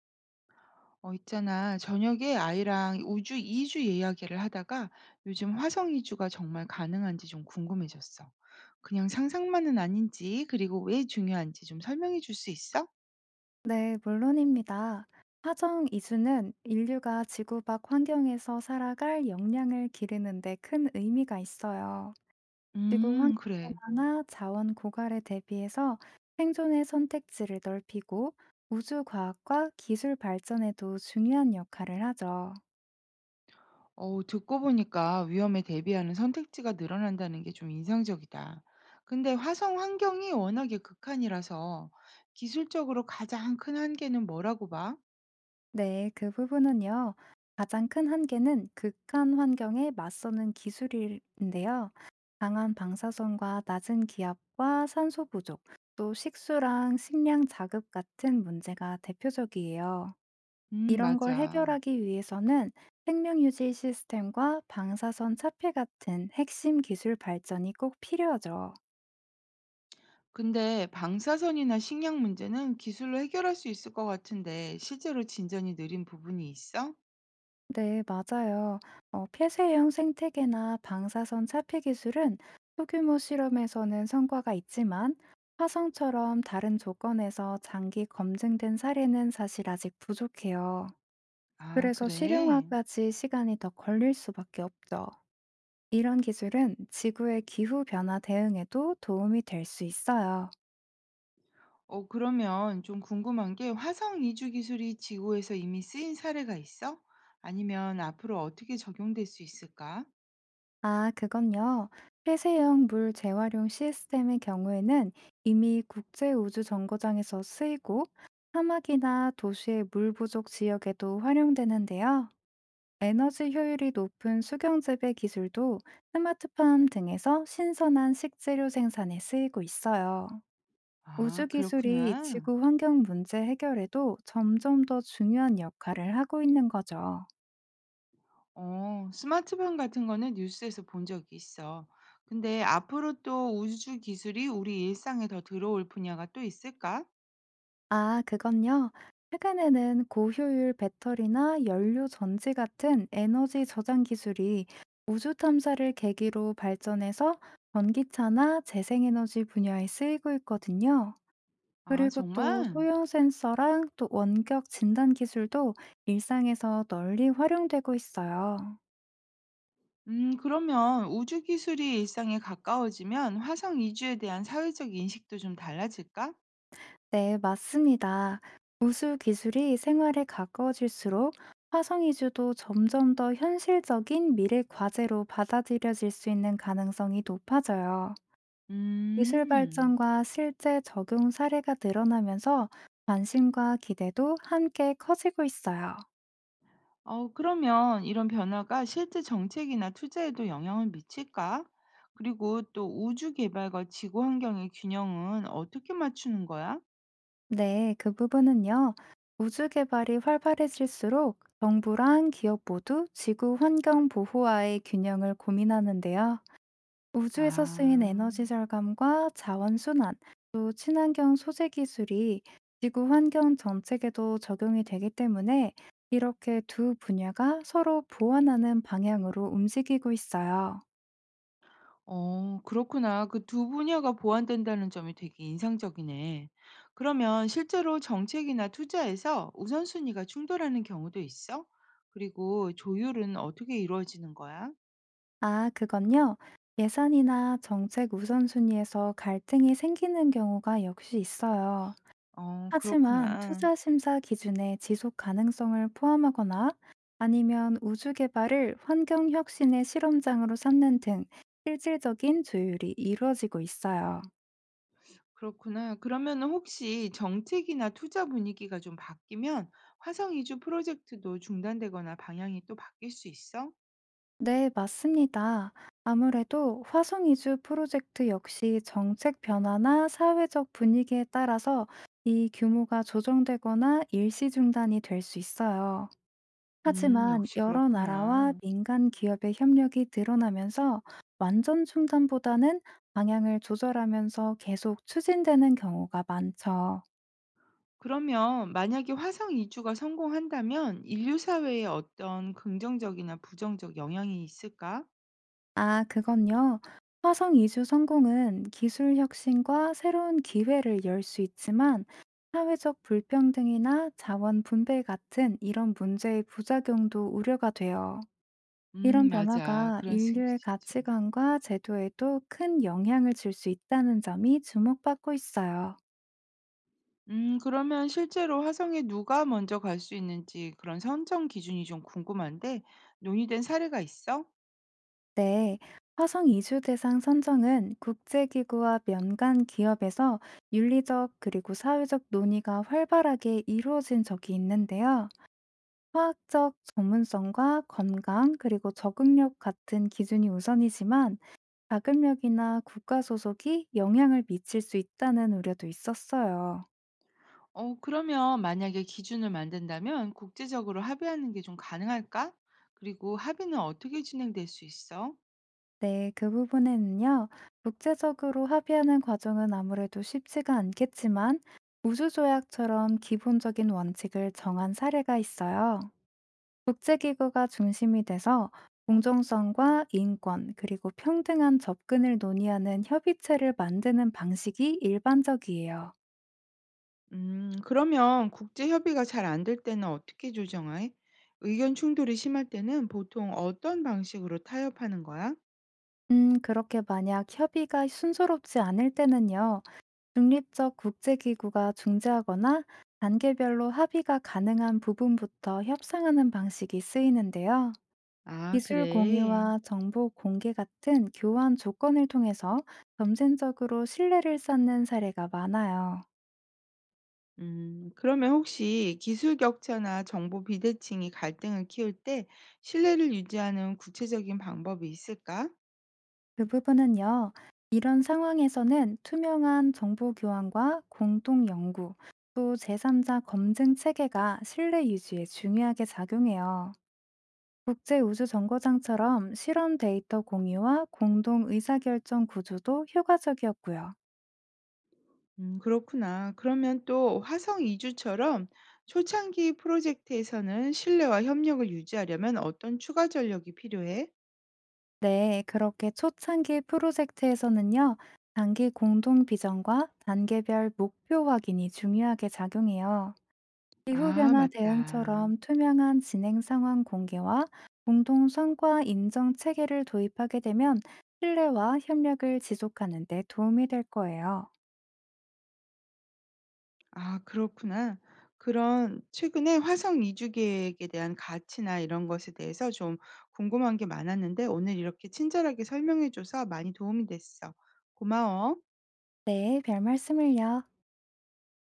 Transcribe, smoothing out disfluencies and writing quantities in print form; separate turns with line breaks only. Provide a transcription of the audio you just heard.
어, 있잖아. 저녁에 아이랑 우주 이주 이야기를 하다가 요즘 화성 이주가 정말 가능한지 좀 궁금해졌어. 그냥 상상만은 아닌지, 그리고 왜 중요한지 좀 설명해 줄 수 있어?
네, 물론입니다. 화정 이주는 인류가 지구 밖 환경에서 살아갈 역량을 기르는 데 큰 의미가 있어요. 지구 환경
그래.
변화나 자원 고갈에 대비해서 생존의 선택지를 넓히고 우주 과학과 기술 발전에도 중요한 역할을 하죠.
어, 듣고 보니까 위험에 대비하는 선택지가 늘어난다는 게 좀 인상적이다. 근데 화성 환경이 워낙에 극한이라서 기술적으로 가장 큰 한계는 뭐라고 봐?
네, 그 부분은요. 가장 큰 한계는 극한 환경에 맞서는 기술인데요. 강한 방사선과 낮은 기압과 산소 부족, 또 식수랑 식량 자급 같은 문제가 대표적이에요. 이런 걸
맞아.
해결하기 위해서는 생명 유지 시스템과 방사선 차폐 같은 핵심 기술 발전이 꼭 필요하죠.
근데 방사선이나 식량 문제는 기술로 해결할 수 있을 것 같은데 실제로 진전이 느린 부분이 있어?
네, 맞아요. 폐쇄형 생태계나 방사선 차폐 기술은 소규모 실험에서는 성과가 있지만 화성처럼 다른 조건에서 장기 검증된 사례는 사실 아직 부족해요.
아,
그래서
그래.
실용화까지 시간이 더 걸릴 수밖에 없죠. 이런 기술은 지구의 기후 변화 대응에도 도움이 될 수 있어요.
어, 그러면 좀 궁금한 게 화성 이주 기술이 지구에서 이미 쓰인 사례가 있어? 아니면 앞으로 어떻게 적용될 수 있을까?
아, 그건요. 폐쇄형 물 재활용 시스템의 경우에는 이미 국제우주정거장에서 쓰이고 사막이나 도시의 물 부족 지역에도 활용되는데요. 에너지 효율이 높은 수경재배 기술도 스마트팜 등에서 신선한 식재료 생산에 쓰이고 있어요.
아,
우주 기술이
그렇구나.
지구 환경 문제 해결에도 점점 더 중요한 역할을 하고 있는 거죠.
어, 스마트폰 같은 거는 뉴스에서 본 적이 있어. 근데 앞으로 또 우주 기술이 우리 일상에 더 들어올 분야가 또 있을까?
아, 그건요. 최근에는 고효율 배터리나 연료 전지 같은 에너지 저장 기술이 우주 탐사를 계기로 발전해서 전기차나 재생에너지 분야에 쓰이고 있거든요.
아,
그리고 또
정말?
소형 센서랑 또 원격 진단 기술도 일상에서 널리 활용되고 있어요.
그러면 우주 기술이 일상에 가까워지면 화성 이주에 대한 사회적 인식도 좀 달라질까?
네, 맞습니다. 우수 기술이 생활에 가까워질수록 화성 이주도 점점 더 현실적인 미래 과제로 받아들여질 수 있는 가능성이 높아져요. 기술
음.
발전과 실제 적용 사례가 늘어나면서 관심과 기대도 함께 커지고 있어요.
어, 그러면 이런 변화가 실제 정책이나 투자에도 영향을 미칠까? 그리고 또 우주 개발과 지구 환경의 균형은 어떻게 맞추는 거야?
네, 그 부분은요. 우주 개발이 활발해질수록 정부랑 기업 모두 지구 환경 보호와의 균형을 고민하는데요. 우주에서 쓰인 에너지
아.
절감과 자원 순환, 또 친환경 소재 기술이 지구 환경 정책에도 적용이 되기 때문에 이렇게 두 분야가 서로 보완하는 방향으로 움직이고 있어요.
어, 그렇구나. 그 두 분야가 보완된다는 점이 되게 인상적이네. 그러면 실제로 정책이나 투자에서 우선순위가 충돌하는 경우도 있어? 그리고 조율은 어떻게 이루어지는 거야?
아, 그건요. 예산이나 정책 우선순위에서 갈등이 생기는 경우가 역시 있어요.
어,
하지만
그렇구나.
투자 심사 기준에 지속 가능성을 포함하거나 아니면 우주 개발을 환경 혁신의 실험장으로 삼는 등 실질적인 조율이 이루어지고 있어요.
그렇구나. 그러면 혹시 정책이나 투자 분위기가 좀 바뀌면 화성 이주 프로젝트도 중단되거나 방향이 또 바뀔 수 있어?
네, 맞습니다. 아무래도 화성 이주 프로젝트 역시 정책 변화나 사회적 분위기에 따라서 이 규모가 조정되거나 일시 중단이 될 수 있어요. 하지만
역시
여러 나라와
그렇구나.
민간 기업의 협력이 늘어나면서 완전 중단보다는 방향을 조절하면서 계속 추진되는 경우가 많죠.
그러면 만약에 화성 이주가 성공한다면 인류 사회에 어떤 긍정적이나 부정적 영향이 있을까?
아, 그건요. 화성 이주 성공은 기술 혁신과 새로운 기회를 열 수 있지만 사회적 불평등이나 자원 분배 같은 이런 문제의 부작용도 우려가 돼요. 이런
맞아.
변화가
그런 수
인류의
있지.
가치관과 제도에도 큰 영향을 줄 수 있다는 점이 주목받고 있어요.
그러면 실제로 화성에 누가 먼저 갈 수 있는지 그런 선정 기준이 좀 궁금한데 논의된 사례가 있어?
네. 화성 이주 대상 선정은 국제기구와 민간 기업에서 윤리적 그리고 사회적 논의가 활발하게 이루어진 적이 있는데요. 화학적 전문성과 건강 그리고 적응력 같은 기준이 우선이지만 자금력이나 국가 소속이 영향을 미칠 수 있다는 우려도 있었어요.
어, 그러면 만약에 기준을 만든다면 국제적으로 합의하는 게 좀 가능할까? 그리고 합의는 어떻게 진행될 수 있어?
네, 그 부분에는요, 국제적으로 합의하는 과정은 아무래도 쉽지가 않겠지만, 우주조약처럼 기본적인 원칙을 정한 사례가 있어요. 국제기구가 중심이 돼서 공정성과 인권, 그리고 평등한 접근을 논의하는 협의체를 만드는 방식이 일반적이에요.
그러면 국제 협의가 잘 안 될 때는 어떻게 조정해? 의견 충돌이 심할 때는 보통 어떤 방식으로 타협하는 거야?
그렇게 만약 협의가 순조롭지 않을 때는요, 중립적 국제기구가 중재하거나 단계별로 합의가 가능한 부분부터 협상하는 방식이 쓰이는데요.
아,
기술
그래.
공유와 정보 공개 같은 교환 조건을 통해서 점진적으로 신뢰를 쌓는 사례가 많아요.
그러면 혹시 기술 격차나 정보 비대칭이 갈등을 키울 때 신뢰를 유지하는 구체적인 방법이 있을까?
그 부분은요, 이런 상황에서는 투명한 정보 교환과 공동 연구, 또 제3자 검증 체계가 신뢰 유지에 중요하게 작용해요. 국제우주정거장처럼 실험 데이터 공유와 공동 의사결정 구조도 효과적이었고요.
그렇구나. 그러면 또 화성 이주처럼 초창기 프로젝트에서는 신뢰와 협력을 유지하려면 어떤 추가 전력이 필요해?
네, 그렇게 초창기 프로젝트에서는요, 단기 공동 비전과 단계별 목표 확인이 중요하게 작용해요.
아,
기후변화
맞다.
대응처럼 투명한 진행 상황 공개와 공동 성과 인정 체계를 도입하게 되면 신뢰와 협력을 지속하는 데 도움이 될 거예요.
아 그렇구나. 그런 최근에 화성 이주 계획에 대한 가치나 이런 것에 대해서 좀 궁금한 게 많았는데 오늘 이렇게 친절하게 설명해 줘서 많이 도움이 됐어. 고마워.
네, 별 말씀을요.